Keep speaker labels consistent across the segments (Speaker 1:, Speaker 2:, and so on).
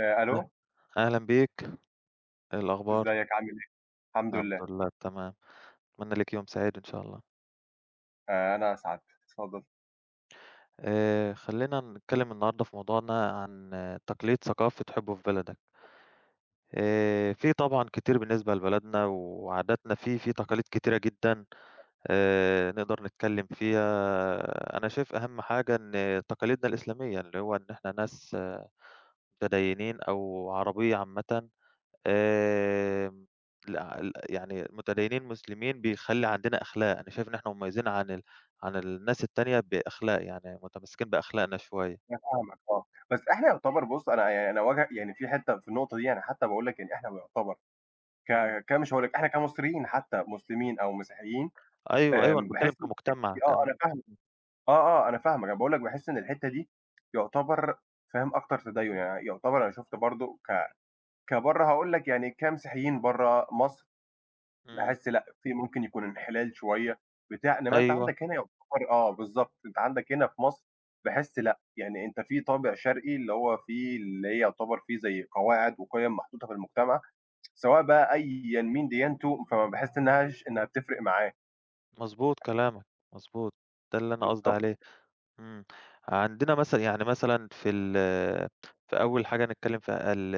Speaker 1: ألو،
Speaker 2: أه أهلًا بيك، إيه الأخبار؟
Speaker 1: إزيك عامل إيه؟ الحمد
Speaker 2: الحمد
Speaker 1: لله،
Speaker 2: لله تمام، أتمنى ليك يوم سعيد إن شاء الله.
Speaker 1: أنا سعادتك، اتفضل.
Speaker 2: خلّينا نتكلم النهارده في موضوعنا عن تقليد ثقافة حُب في بلدك. في طبعًا كتير بالنسبة لبلدنا وعاداتنا في تقاليد كتيرة جدًا. نقدر نتكلم فيها، أنا شايف أهم حاجة إن تقاليدنا الإسلامية، اللي هو إن إحنا ناس متدينين أو عربية عامةً. آمم، لأ، ال يعني متدينين مسلمين بيخلّي عندنا أخلاق، أنا شايف إن إحنا مميزين عن ال، عن الناس التانية بأخلاق، يعني متمسكين بأخلاقنا شوية.
Speaker 1: أنا فاهمك آه، بس إحنا يُعتبر بُص أنا يعني أنا واجه يعني في حتّة في النقطة دي أنا حتّى باقول لك إن إحنا بيُعتبر ك
Speaker 2: إمم،
Speaker 1: ك مش هاقول لك إحنا كمصريين حتّى مسلمين أو مسيحيين.
Speaker 2: أيوه، أيوه، أنا باتكلم
Speaker 1: باحس إن الحتّة دي
Speaker 2: كمجتمع كم.
Speaker 1: أنا فاهمك، آه، آه أنا فاهمك، أنا باقول لك باحس إن الحتّة دي يُعتبر فاهم أكتر تديُّن، يعني يُعتبر أنا شُفت برضه كبرّه هاقول لك يعني كمسيحيين برّه مصر
Speaker 2: إمم،
Speaker 1: باحس لأ، في ممكن يكون انحلال شوية بتاع، إنما أنت
Speaker 2: أيوه،
Speaker 1: عندك هنا يعتبر آه، بالضبط، أنت عندك هنا في مصر باحس لأ، يعني أنت في طابع شرقي اللي هو فيه اللي هي يعتبر فيه زي قواعد وقِيَم محطوطة في المجتمع، سواء بقى أيًا مين ديانته، فما باحس إنهاش إنها بتفرق معاه،
Speaker 2: مضبوط كلامك، مضبوط، ده اللي أنا قصدي
Speaker 1: بالضبط،
Speaker 2: عليه. إمم، عندنا مثلًا يعني مثلًا في ال، في أول حاجة نتكلم فيها ال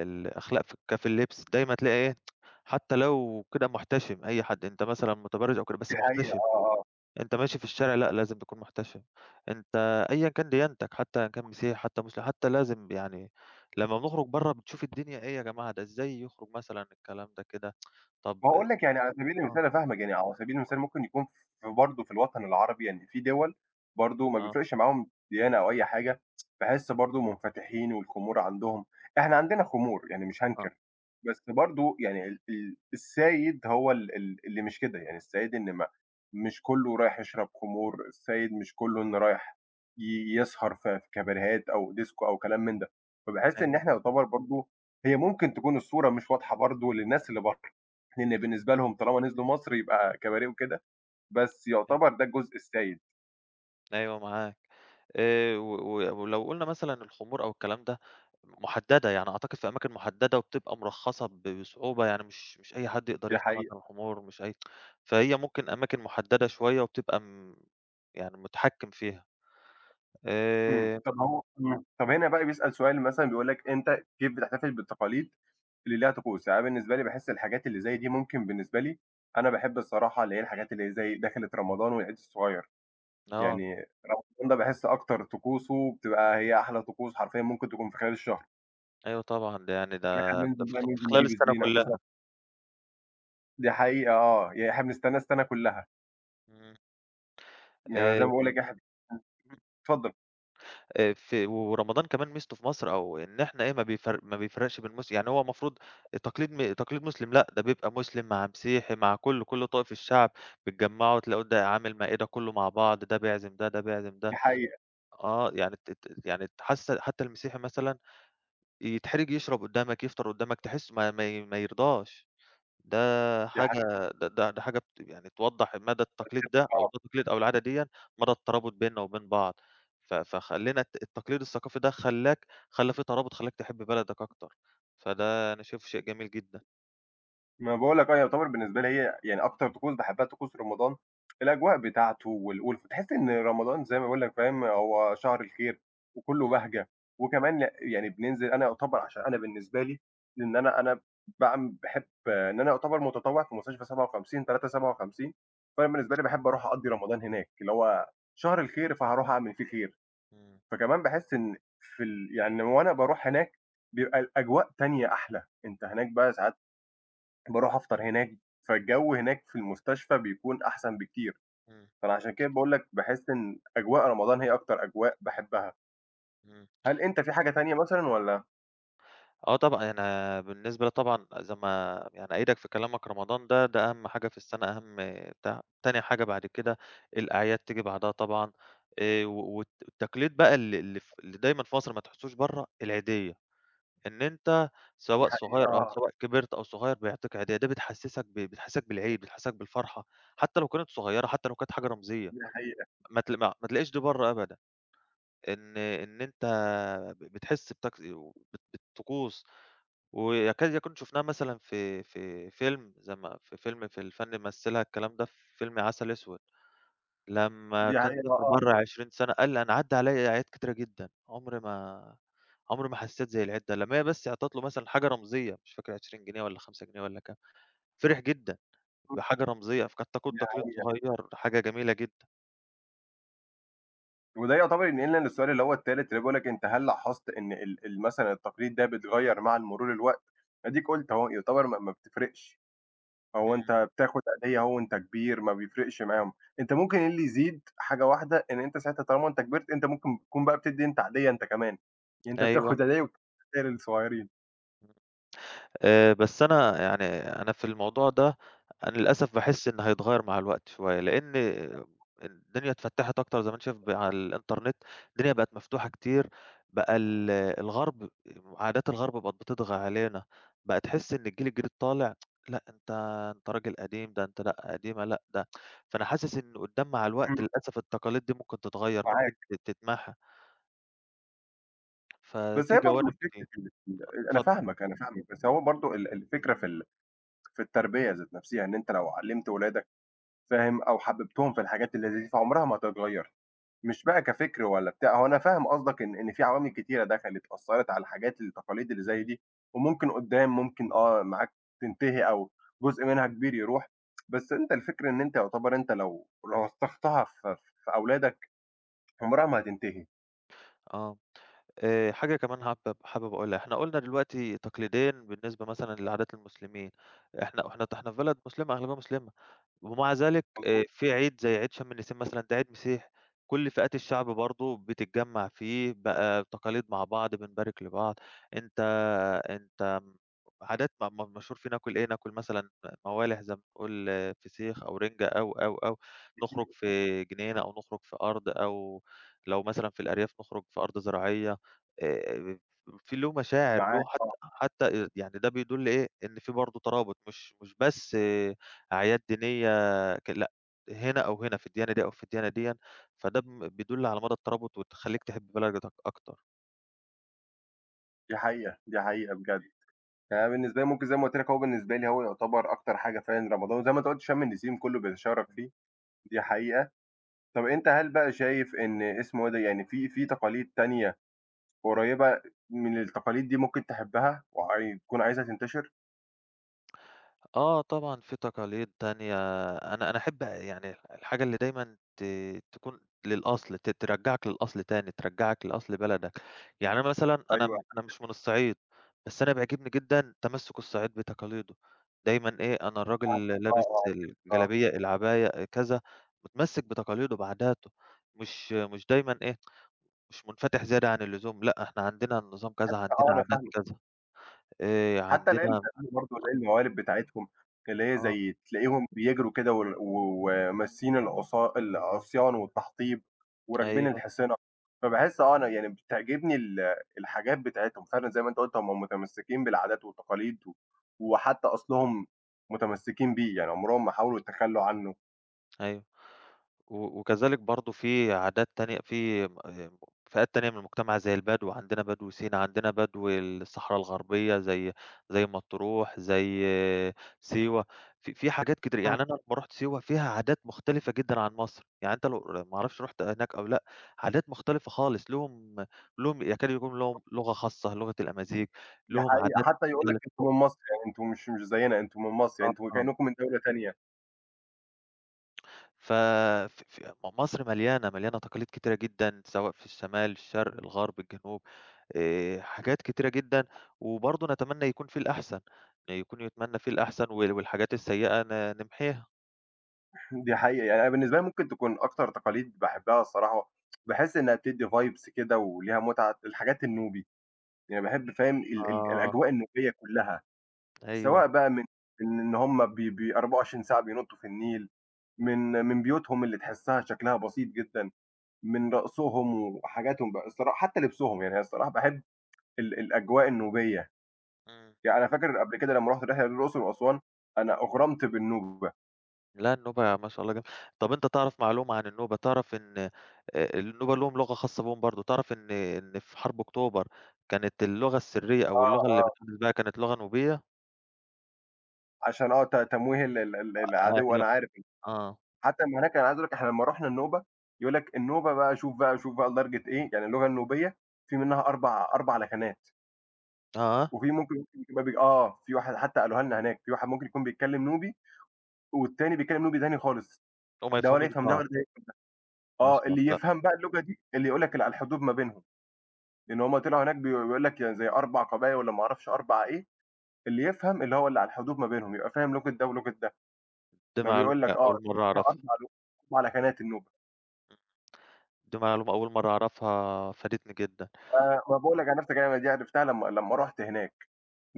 Speaker 2: الأخلاق، في اللبس، دايمًا تلاقي إيه، حتى لو كده محتشم، أي حد أنت مثلًا متبرّج أو كده، بس
Speaker 1: دي حقيقة
Speaker 2: محتشم.
Speaker 1: آه، آه.
Speaker 2: أنت ماشي في الشارع لأ، لازم تكون محتشم، أنت أيًا كان ديانتك حتى إن كان مسيحي حتى مسلم حتى لازم يعني لمّا بنخرج برّه بنشوف الدنيا إيه يا جماعة، ده إزاي يخرج مثلًا الكلام ده كده، طب
Speaker 1: ما هاقول لك يعني على سبيل المثال
Speaker 2: آه،
Speaker 1: أنا فاهمِك، يعني على سبيل المثال ممكن يكون في برضه في الوطن العربي يعني في دول برضه ما
Speaker 2: آه،
Speaker 1: بيفرقش معاهم ديانة أو أي حاجة، باحس برضه منفتحين والخمول عندهم، إحنا عندنا خمول يعني مش
Speaker 2: آه،
Speaker 1: هانكر، بس برضه يعني ال السايد هو ال اللي مش كده، يعني السايد إن ما مش كلّه رايح يشرب خمور، السايد مش كلّه إنه رايح يسهر في كاباريهات أو ديسكو أو كلام من ده، فباحس إن
Speaker 2: أيوه
Speaker 1: إحنا
Speaker 2: معاك،
Speaker 1: يعتبر برضه هي ممكن تكون الصورة مش واضحة برضه للناس اللي برّه. لإن بالنسبة لهم طالما نزلوا مصر يبقى كباريه وكده، بس يعتبر ده الجزء السيّد،
Speaker 2: أيوه معاك، و و ولو قُلنا مثلًا الخمور أو الكلام ده محددة، يعني أعتقد في أماكن محددة وبتبقى مرخصة بصعوبة، يعني مش أي حد يقدر
Speaker 1: دي
Speaker 2: يبيع
Speaker 1: حقيقة.
Speaker 2: مثلًا خمور مش أي. فهي ممكن أماكن محددة شوية وبتبقى م، يعني متحكم فيها.
Speaker 1: إمم.
Speaker 2: آآ،
Speaker 1: طب هو إمم. طب هنا بقى بيسأل سؤال مثلًا بيقول لك أنت كيف بتحتفل بالتقاليد اللي ليها طقوس؟ يعني أنا بالنسبة لي باحس الحاجات اللي زي دي ممكن بالنسبة لي أنا باحب الصراحة اللي هي الحاجات اللي هي زي دخلة رمضان والعيد الصغير،
Speaker 2: آه،
Speaker 1: يعني رمضان ده باحس أكتر طقوسه بتبقى هي أحلى طقوس حرفيًا ممكن تكون في خلال الشهر.
Speaker 2: أيوه طبعًا، ده يعني
Speaker 1: إن إحنا
Speaker 2: ده
Speaker 1: بننزل
Speaker 2: في خ
Speaker 1: بقى
Speaker 2: في
Speaker 1: ننزل
Speaker 2: خلال
Speaker 1: نجيب
Speaker 2: السنة
Speaker 1: الزينة
Speaker 2: كلّها.
Speaker 1: بالضبط، دي حقيقة آه، يعني إحنا بنستناه السنة كلّها،
Speaker 2: إمم،
Speaker 1: يعني زي ما
Speaker 2: آآ،
Speaker 1: باقول لك إحنا إمم، اتفضل.
Speaker 2: في ورمضان كمان ميزته في مصر أو إن إحنا إيه، ما بيفرقش بين مسل، يعني هو المفروض تقليد مسلم لأ، ده بيبقى مسلم مع مسيحي مع كلّه، كل طوائف الشعب بيتجمّعوا تلاقوا ده عامل مائدة كلّه مع بعض، ده بيعزم ده، ده بيعزم
Speaker 1: دي
Speaker 2: ده.
Speaker 1: حقيقة،
Speaker 2: آه، يعني ت ت يعني حاسة حتى المسيحي مثلًا يتحرج يشرب قدّامك، يفطر قدّامك، تحسه ما يرضاش. ده
Speaker 1: دي
Speaker 2: حاجة،
Speaker 1: حقيقة
Speaker 2: ده حاجة يعني توضّح مدى التقليد ده
Speaker 1: بجد.
Speaker 2: أو
Speaker 1: آه.
Speaker 2: ده تقليد أو العادة ديًا، مدى الترابط بيننا وبين بعض، ف فخلّينا التقليد الثقافي ده خلّاك، خلّى في ترابط خلّاك تحب بلدك أكتر، فده أنا شايفه شيء جميل جدًا.
Speaker 1: ما باقول لك آه، يعتبر بالنسبة لي هي يعني أكتر طقوس باحبها طقوس رمضان، الأجواء بتاعته وال والف تحس إن رمضان زي ما باقول لك فاهم، هو شهر الخير وكُلّه
Speaker 2: إمم،
Speaker 1: بهجة وكمان يعني بننزل أنا يعتبر عشان أنا بالنسبة لي لإن أنا باحب إن أنا يعتبر متطوع في مستشفى 57 تلاتة 57، فأنا بالنسبة لي باحب أروح أقضّي رمضان هناك، اللي هو شهر الخير فهاروح أعمل فيه خير.
Speaker 2: إمم،
Speaker 1: فكمان باحس إن في يعني وأنا باروح هناك بيبقى الأجواء تانية أحلى، أنت هناك بقى ساعات باروح أفطر هناك، فالجو هناك في المستشفى بيكون أحسن بكتير،
Speaker 2: إمم،
Speaker 1: فأنا عشان كده باقول لك باحس إن أجواء رمضان هي أكتر أجواء باحبها.
Speaker 2: إمم.
Speaker 1: هل أنت في حاجة تانية مثلًا والّا؟
Speaker 2: آه طبعًا، أنا بالنسبة لي طبعًا زي ما يعني أأيدك في كلامك رمضان ده، ده أهم حاجة في السنة، أهم بتاع. تاني حاجة بعد كده الأعياد تيجي بعدها طبعًا. و والت التقليد بقى اللي اللي دايمًا في مصر ما تحسوش برّه، العيدية، إن أنت
Speaker 1: دي
Speaker 2: سواء
Speaker 1: حقيقة
Speaker 2: صغير أو
Speaker 1: آه،
Speaker 2: سواء كبرت أو صغير بيعطيك عيدية، ده بتحسسك بتحسسك بالعيد، بتحسسك بالفرحة، حتى لو كانت صغيرة، حتى لو كانت حاجة رمزية،
Speaker 1: دي حقيقة،
Speaker 2: ما تل ما ما تلاقيش دي برّه أبدًا، إن أنت بتحس بتك وبت بطقوس ويكاد يكون شُفناها مثلًا في فيلم زي ما في فيلم في الفَن مثّلها الكلام ده في فيلم عسل أسود، لمّا
Speaker 1: دي
Speaker 2: كان
Speaker 1: حقيقة آه،
Speaker 2: سافر
Speaker 1: آه،
Speaker 2: برّه 20 سَنة قال أنا عدّى عليّا أعياد كتيرة جدًا، عمري ما، عمري ما حسّيت زي العيد ده، لمّا هي بس عطت له مثلًا حاجة رمزية مش فاكر 20 جنيه والّا 5 جنيه والّا كام، فرح جدًا بحاجة رمزية، فكانت تكون
Speaker 1: دي
Speaker 2: تقليد
Speaker 1: حقيقة.
Speaker 2: صغيّر حاجة جميلة جدًا.
Speaker 1: وده يعتبر ينقلنا للسؤال اللي هو التالت اللي بيقول لك أنت هل لاحظت إن ال مثلًا التقليد ده بيتغيّر مع مرور الوقت؟ أديك قُلت أهو يعتبر ما بتفرقش. هو
Speaker 2: إمم،
Speaker 1: أنت بتاخد عيدية أهو وأنت كبير، ما بيفرقش معاهم، أنت ممكن إيه اللي يزيد حاجة واحدة، إن أنت ساعتها طالما أنت كبرت، أنت ممكن تكون بقى بتدّي أنت عيدية أنت كمان، يعني أنت
Speaker 2: أيوه.
Speaker 1: بتاخد عيدية وبتدّي للصغيّرين،
Speaker 2: بس أنا يعني، أنا في الموضوع ده أنا للأسف باحس إن هيتغيّر مع الوقت شوية، لإن الدنيا اتفتّحت أكتر زي ما أنت شايف، على الإنترنت، الدنيا بقت مفتوحة كتير، بقى الغرب، عادات الغرب بقت بتطغى علينا، بقى تحس إن الجيل الجديد طالع لأ، أنت أنت راجل قديم، ده أنت لأ قديمة، لأ ده. فأنا حاسس إن قدّام مع الوقت
Speaker 1: إمم،
Speaker 2: للأسف التقاليد دي ممكن تتغيّر، ممكن
Speaker 1: معاك،
Speaker 2: تتمحى،
Speaker 1: بس
Speaker 2: ففي
Speaker 1: هي برضه
Speaker 2: جوانب
Speaker 1: الفكرة
Speaker 2: كتير.
Speaker 1: في ال ال أنا
Speaker 2: اتفضل.
Speaker 1: فاهمك، أنا فاهمك، بس هو برضه الفكرة في في التربية ذات نفسها، إن أنت لو علّمت ولادك فاهم، أو حببتهم في الحاجات اللي زي دي، فعمرها ما هتتغيّر. مش بقى كفكر ولا بتاع، هو أنا فاهم قصدك إن في عوامل كتيرة دخلت أثّرت على الحاجات التقاليد اللي زي دي، وممكن قدّام ممكن آه معاك تنتهي أو جزء منها كبير يروح، بس أنت الفكرة إن أنت يعتبر أنت لو رسّختها في أولادك عمرها ما هتنتهي،
Speaker 2: آه. حاجة كمان حابب أقولها، إحنا قُلنا دلوقتي تقليديًا بالنسبة مثلًا لعادات المسلمين، إحنا في بلد مسلمة، أغلبها مسلمة. ومع ذلك
Speaker 1: مضبوط،
Speaker 2: في عيد زي عيد شم النسيم مثلًا، ده عيد مسيحي، كل فئات الشعب برضه بتتجمّع فيه، بقى تقاليد مع بعض، بنبارك لبعض، أنت، أنت عادات، م م مشهور فيه ناكل إيه، ناكل مثلًا موالح زي ما بنقول آه، فسيخ أو رِنجة أو، أو، أو، نخرج في جنينة أو نخرج في أرض أو لو مثلًا في الأرياف نخرج في أرض زراعية، آآ في له مشاعر، له
Speaker 1: معاك آه،
Speaker 2: حتى يعني ده بيدل إيه، إن في برضه ترابط، مش بس آه، أعياد دينية لأ، هنا أو هنا، في الديانة دي أو في الديانة ديًّا، فده م بيدل على مدى الترابط وتخلّيك تحب بلدك أكتر.
Speaker 1: دي حقيقة، دي حقيقة بجد. يعني أنا بالنسبة لي ممكن زي ما قُلت لك هو بالنسبة لي هو يعتبر أكتر حاجة فعلًا رمضان وزي ما أنت قُلت شم النسيم كلّه بيتشارك
Speaker 2: إمم،
Speaker 1: فيه، دي
Speaker 2: إمم.
Speaker 1: حقيقة. طَب أنت هل بقى شايف إن اسمه إيه ده، يعني في تقاليد تانية قريّبة من التقاليد دي ممكن تحبها تكون عايزها تنتشر؟
Speaker 2: آه طبعًا في تقاليد تانية، أنا أحب يعني الحاجة اللي دايمًا ت تكون للأصل، ترجّعك للأصل تاني، ترجّعك لأصل بلدك. يعني أنا مثلًا أنا
Speaker 1: أيوه
Speaker 2: م أنا مش من الصعيد، بس أنا بيعجبني جدًا تمسّك الصعيد بتقاليده، دايمًا إيه، أنا
Speaker 1: آه،
Speaker 2: الراجل
Speaker 1: آه،
Speaker 2: لابس
Speaker 1: آه، آه.
Speaker 2: الجلابية، العباية، كذا، متمسّك بتقاليده، بعاداته، مش دايمًا إيه، مش منفتح زيادة عن اللزوم، لأ إحنا عندنا النظام كذا،
Speaker 1: حتى آه
Speaker 2: عندنا
Speaker 1: أنا
Speaker 2: عادات
Speaker 1: فاهمِك،
Speaker 2: كذا،
Speaker 1: حتى العيال
Speaker 2: عندنا
Speaker 1: بتعمله برضه زي الموالد بتاعتهم اللي هي
Speaker 2: آه،
Speaker 1: زي تلاقيهم بيجروا كده وال و وماسين العصا العصيان والتحطيب وراكبين
Speaker 2: أيوه،
Speaker 1: الحصينة، فباحس آه أنا يعني بتعجبني الحاجات بتاعتهم فعلًا زي ما أنت قُلت هم متمسكين بالعادات والتقاليد و وحتى أصلهم متمسكين بيه، يعني عمرهم ما حاولوا يتخلّوا عنه.
Speaker 2: أيوه. وكذلك برضه في عادات تانية في م فئات تانية من المجتمع زي البدو، عندنا بدو سينا، عندنا بدو الصحرا الغربية زي مطروح، زي سيوة، في حاجات كتير يعني أنا لمّا رُحت سيوة فيها عادات مختلفة جدًا عن مصر، يعني أنت لو ما أعرفش رُحت هناك أو لأ، عادات مختلفة خالص، ليهم، ليهم يكاد يكون ليهم لغة خاصة، لغة الأمازيغ،
Speaker 1: دي
Speaker 2: ليهم
Speaker 1: حقيقة،
Speaker 2: عادات
Speaker 1: حتى يقول لك
Speaker 2: مختلفة
Speaker 1: أنتم من مصر، يعني أنتم مش زينا، أنتم من مصر،
Speaker 2: آه،
Speaker 1: أنتم
Speaker 2: آه.
Speaker 1: كإنكم من دولة تانية.
Speaker 2: ف، ف ف م مصر مليانة، مليانة تقاليد كتيرة جدًا، سواء في الشمال، الشرق، الغرب، الجنوب، حاجات كتيرة جدًا، وبرضه نتمنى يكون في الأحسن، يكون يتمنى فيه الأحسن والحاجات السيئة نمحيها.
Speaker 1: دي حقيقة، يعني أنا بالنسبة لي ممكن تكون أكتر تقاليد باحبها الصراحة، باحس إنها بتدّي vibes كده وليها متعة، الحاجات النوبي، يعني باحب فاهم ال
Speaker 2: آه،
Speaker 1: الأجواء النوبية كلّها،
Speaker 2: أيوه.
Speaker 1: سواء بقى من من إن هُم بي بي 24 ساعة بينطّوا في النيل، من بيوتهم اللي تحسّها شكلها بسيط جدًا، من رقصهم وحاجاتهم بقى الصراحة حتى لبسهم، يعني الصراحة باحب الأجواء النوبية.
Speaker 2: إمم.
Speaker 1: يعني أنا فاكر قبل كده لمّا رُحت رحلة للأقصر وأسوان، أنا أُغرمت بالنوبة،
Speaker 2: لا النوبة ما شاء الله جم. طب أنت تعرف معلومة عن النوبة، تعرف إن النوبة ليهم لغة خاصة بيهم برضه، تعرف إن في حرب أكتوبر كانت اللغة السرية أو
Speaker 1: آه،
Speaker 2: اللغة اللي
Speaker 1: آه،
Speaker 2: بتحدث بها كانت لغة نوبية؟
Speaker 1: عشان آه، ت تمويه ال العدو أنا
Speaker 2: أيوه،
Speaker 1: عارف،
Speaker 2: آه،
Speaker 1: حتى أمّا هناك أنا عايز أقول لك إحنا لمّا رُحنا النوبة، يقول لك النوبة بقى شوف بقى لدرجة إيه، يعني اللغة النوبية في منها 4 4 لكنات،
Speaker 2: آه،
Speaker 1: وفي ممكن يبقى بي آه، في واحد حتى قالوها لنا هناك، في واحد ممكن يكون بيتكلم نوبي، والتاني بيتكلم نوبي تاني خالص،
Speaker 2: وما
Speaker 1: ده ولا
Speaker 2: يفهموش
Speaker 1: يفهم ده
Speaker 2: بعض.
Speaker 1: ولا ده
Speaker 2: ما
Speaker 1: آه،
Speaker 2: شاء الله،
Speaker 1: اللي
Speaker 2: لأ،
Speaker 1: يفهم بقى اللغة دي اللي يقول لك اللي على الحدود ما بينهم، لإن هُم طلعوا هناك بيقول لك يعني زي 4 قبايل والّا ما أعرفش 4 إيه، اللي يفهم اللي هو اللي على الحدود ما بينهم، يبقى فاهم لغة ده ولغة ده،
Speaker 2: دي
Speaker 1: ما بيقول
Speaker 2: معلومة
Speaker 1: لك آه
Speaker 2: أول
Speaker 1: دي
Speaker 2: مرّة
Speaker 1: فيها
Speaker 2: أعرفها،
Speaker 1: 4 لغات، 4 لكنات النوبة،
Speaker 2: دي معلومة أول مرّة أعرفها فادتني جدًا،
Speaker 1: فما باقول لك أنا نفس الكلمة دي عرفتها لمّا رُحت هناك،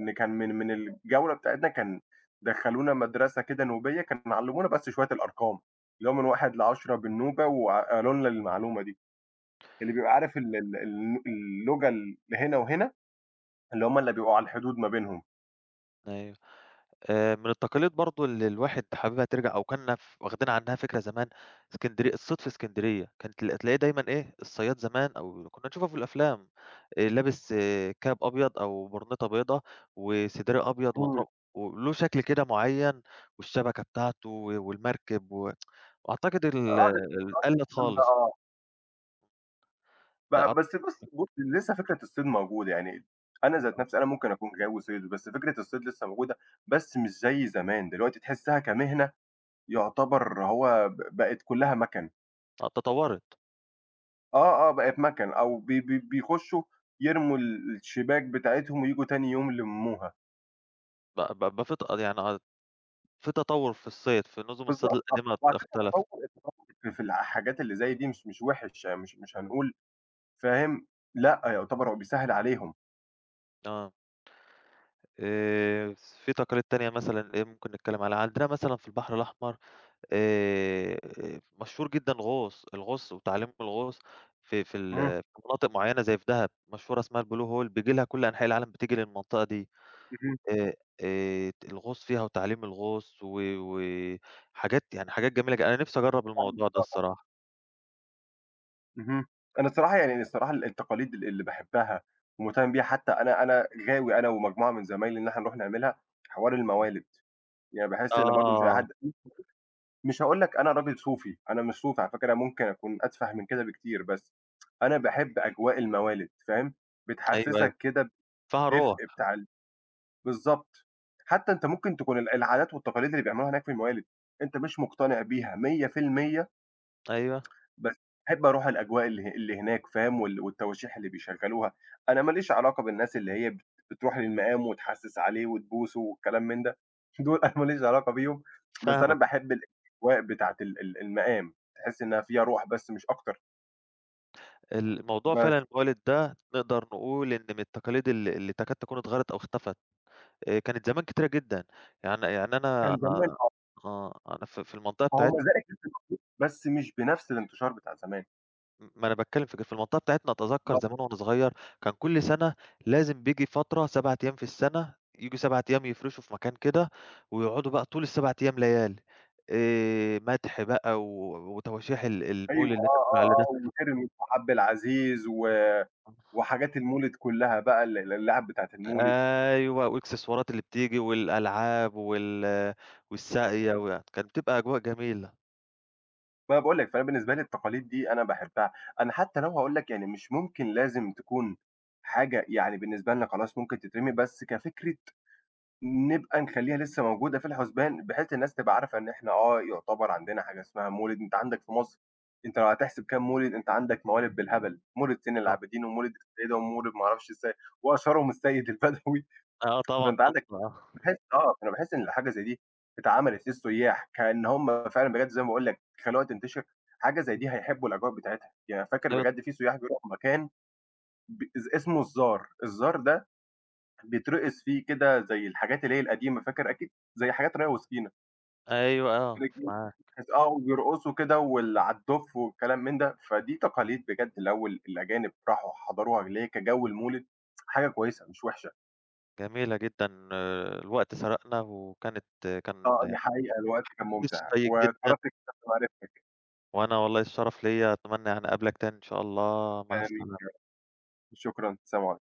Speaker 1: إن كان من الجولة بتاعتنا كان دخلونا مدرسة كده نوبية، كانوا علمونا بس شوية الأرقام، اللي هو من 1 ل10 بالنوبة وقالوا لنا المعلومة دي، اللي بيبقى عارف ال اللغة اللي هنا وهنا، اللي هم اللي بيبقوا على الحدود ما بينهم.
Speaker 2: أيوه. من التقاليد برضه اللي الواحد حاببها ترجع أو كنا واخدين عنها فكرة زمان، اسكندرية، الصيد في اسكندرية، كان تلاقيه دايمًا إيه، الصياد زمان أو كنا نشوفه في الأفلام، لابس كاب أبيض أو برنيطة بيضا وسدري أبيض
Speaker 1: إمم.
Speaker 2: ونض وله شكل كده معيّن والشبكة بتاعته والمركب و، وأعتقد ال
Speaker 1: آه، ده
Speaker 2: ال قَلِّت
Speaker 1: الكلام ده
Speaker 2: خالص،
Speaker 1: آه.
Speaker 2: أعتقد
Speaker 1: بس بُص بُص لسه فكرة الصيد موجودة، يعني أنا ذات نفسي أنا ممكن أكون غاوي صيد، بس فكرة الصيد لسه موجودة، بس مش زي زمان، دلوقتي تحسّها كمهنة يعتبر هو بقت كلّها مَكَن،
Speaker 2: آه، اتطوّرت،
Speaker 1: آه، آه، بقت مَكَن أو بي بي بيخشّوا يرموا الشباك بتاعتهم وييجوا تاني يوم يلمّوها،
Speaker 2: ب ب بقى في يعني في تطوّر في الصيد، في نُظم الصيد
Speaker 1: بالضبط آه،
Speaker 2: القديمة
Speaker 1: وعلى فكرة
Speaker 2: اختلفت،
Speaker 1: التطوّر التطوّر في الحاجات اللي زي دي مش وِحِش، مش هنقول فاهم، لأ، يعتبر هو بيسهّل عليهم،
Speaker 2: آه، آآ في تقاليد تانية مثلًا إيه ممكن نتكلّم عليها، عندنا مثلًا في البحر الأحمر آآ مشهور جدًا غوص، الغُوص وتعليم الغُوص في في ال
Speaker 1: إمم،
Speaker 2: في مناطق معيّنة زي في دهب، مشهورة اسمها الblue hole بييجي لها كل أنحاء العالم بتيجي للمنطقة دي،
Speaker 1: اهم،
Speaker 2: آآ الغُوص فيها وتعليم الغُوص و، وحاجات يعني حاجات جميلة ج، أنا نِفْسي أجرّب
Speaker 1: فاهمك
Speaker 2: الموضوع ده
Speaker 1: آه.
Speaker 2: الصراحة،
Speaker 1: اهم. أنا الصراحة يعني الصراحة التقاليد اللي باحبها ومهتم بيها حتى أنا غاوي أنا ومجموعة من زمايلي إن إحنا نروح نعملها حوار
Speaker 2: آه،
Speaker 1: الموالد، يعني باحس إن برضه مش أي
Speaker 2: آه،
Speaker 1: حد مش هاقول لك أنا راجل صوفي، أنا مش صوفي على فكرة أنا ممكن أكون أتفه من كده بكتير، بس أنا باحب أجواء الموالد فاهم،
Speaker 2: أيوه، أيوه،
Speaker 1: بتحسسك كده
Speaker 2: فيها روح،
Speaker 1: بالدفء بتاع بالضبط، حتى أنت ممكن تكون العادات والتقاليد اللي بيعملوها هناك في الموالد أنت مش مقتنع بيها 100%
Speaker 2: أيوه،
Speaker 1: بس باحب أروح الأجواء اللي هناك فاهم، والتواشيح اللي بيشغّلوها، أنا ما ليش علاقة بالناس اللي هي بتروح للمقام وتحسِّس عليه وتبوسه والكلام من ده، دول أنا ما ليش علاقة بيهم، بس أنا
Speaker 2: فاهمك.
Speaker 1: باحب الأجواء بتاعة ال المقام، تحس إنها فيها روح بس مش أكتر،
Speaker 2: الموضوع فعلًا
Speaker 1: بس
Speaker 2: الموالد ده نقدر نقول إن من التقاليد اللي تكاد تكون اتغيرت أو اختفت، كانت زمان كتيرة جدًا، يعني أنا
Speaker 1: كان زمان
Speaker 2: أنا
Speaker 1: آه،
Speaker 2: آه، أنا في المنطقة
Speaker 1: ما هو
Speaker 2: بتاعتنا،
Speaker 1: مزارع لسه موجود بس مش بنفس الانتشار بتاع زمان،
Speaker 2: ما أنا باتكلم في كده، في المنطقة بتاعتنا أتذكر
Speaker 1: بالضبط،
Speaker 2: زمان وأنا صغير كان كل سنة لازم بييجي فترة 7 أيام في السنة، ييجوا 7 أيام يفرشوا في مكان كده، ويقعدوا بقى طول ال7 أيام ليالي، مدح بقى وتواشيح ال
Speaker 1: أيوه
Speaker 2: المولد اللي أنت
Speaker 1: آه،
Speaker 2: بتقول عليه ده.
Speaker 1: آه، آه، وترمس وحَبّ العزيز و وحاجات المولد كلّها بقى الألعاب بتاعة المولد.
Speaker 2: أيوه، والإكسسوارات اللي بتيجي والألعاب وال، والساقية و، كانت بتبقى أجواء جميلة.
Speaker 1: ما أنا باقول لك، فأنا بالنسبة لي التقاليد دي أنا باحبها، أنا حتى لو هاقول لك يعني مش ممكن لازم تكون حاجة يعني بالنسبة لنا خلاص ممكن تترمي، بس كفكرة نبقى نخلّيها لسه موجودة في الحُسبان، بحيث الناس تبقى عارفة إن إحنا آه، يُعتبر عندنا حاجة اسمها مولد، أنت عندك في مصر أنت لو هتحسب كام مولد، أنت عندك موالد بالهبل، مولد زين
Speaker 2: آه،
Speaker 1: العابدين ومولد السيدة ومولد ما أعرفش وأشهرهم السيد البدوي،
Speaker 2: آه طبعًا
Speaker 1: فأنت
Speaker 2: طنطا
Speaker 1: عندك
Speaker 2: آه، إمم،
Speaker 1: باحس آه، فأنا باحس إن الحاجة زي دي اتعملت للسياح، كإن هم فعلًا بجد زي ما باقول لك خلوها تنتشر، حاجة زي دي هيحبوا الأجواء بتاعتها، يعني فاكر
Speaker 2: أيوه
Speaker 1: بجد في سياح بيروحوا مكان ب اس اسمه الزار، الزار ده بيترقص فيه كده زي الحاجات اللي هي القديمة، فاكر أكيد زي حاجات ريا وسكينة،
Speaker 2: أيوه آه،
Speaker 1: رجلينا
Speaker 2: معاك.
Speaker 1: آه، وبيرقصوا كده على الدُف والكلام من ده، فدي تقاليد بجد لو الأجانب راحوا حضروها اللي هي كجو المولد حاجة كويسة مش وحشة،
Speaker 2: جميلة جدًا، آه، الوقت سرقنا وكانت
Speaker 1: آه،
Speaker 2: كان
Speaker 1: دي حقيقة الوقت كان
Speaker 2: إحساس
Speaker 1: ممتع،
Speaker 2: شيّق جدًا،
Speaker 1: واتشرفت بمعرفتك،
Speaker 2: وأنا والله الشرف ليّا، أتمنى يعني أقابلك تاني إن شاء الله، مع
Speaker 1: آمين.
Speaker 2: السلامة.
Speaker 1: شكرًا، سلام عليكم.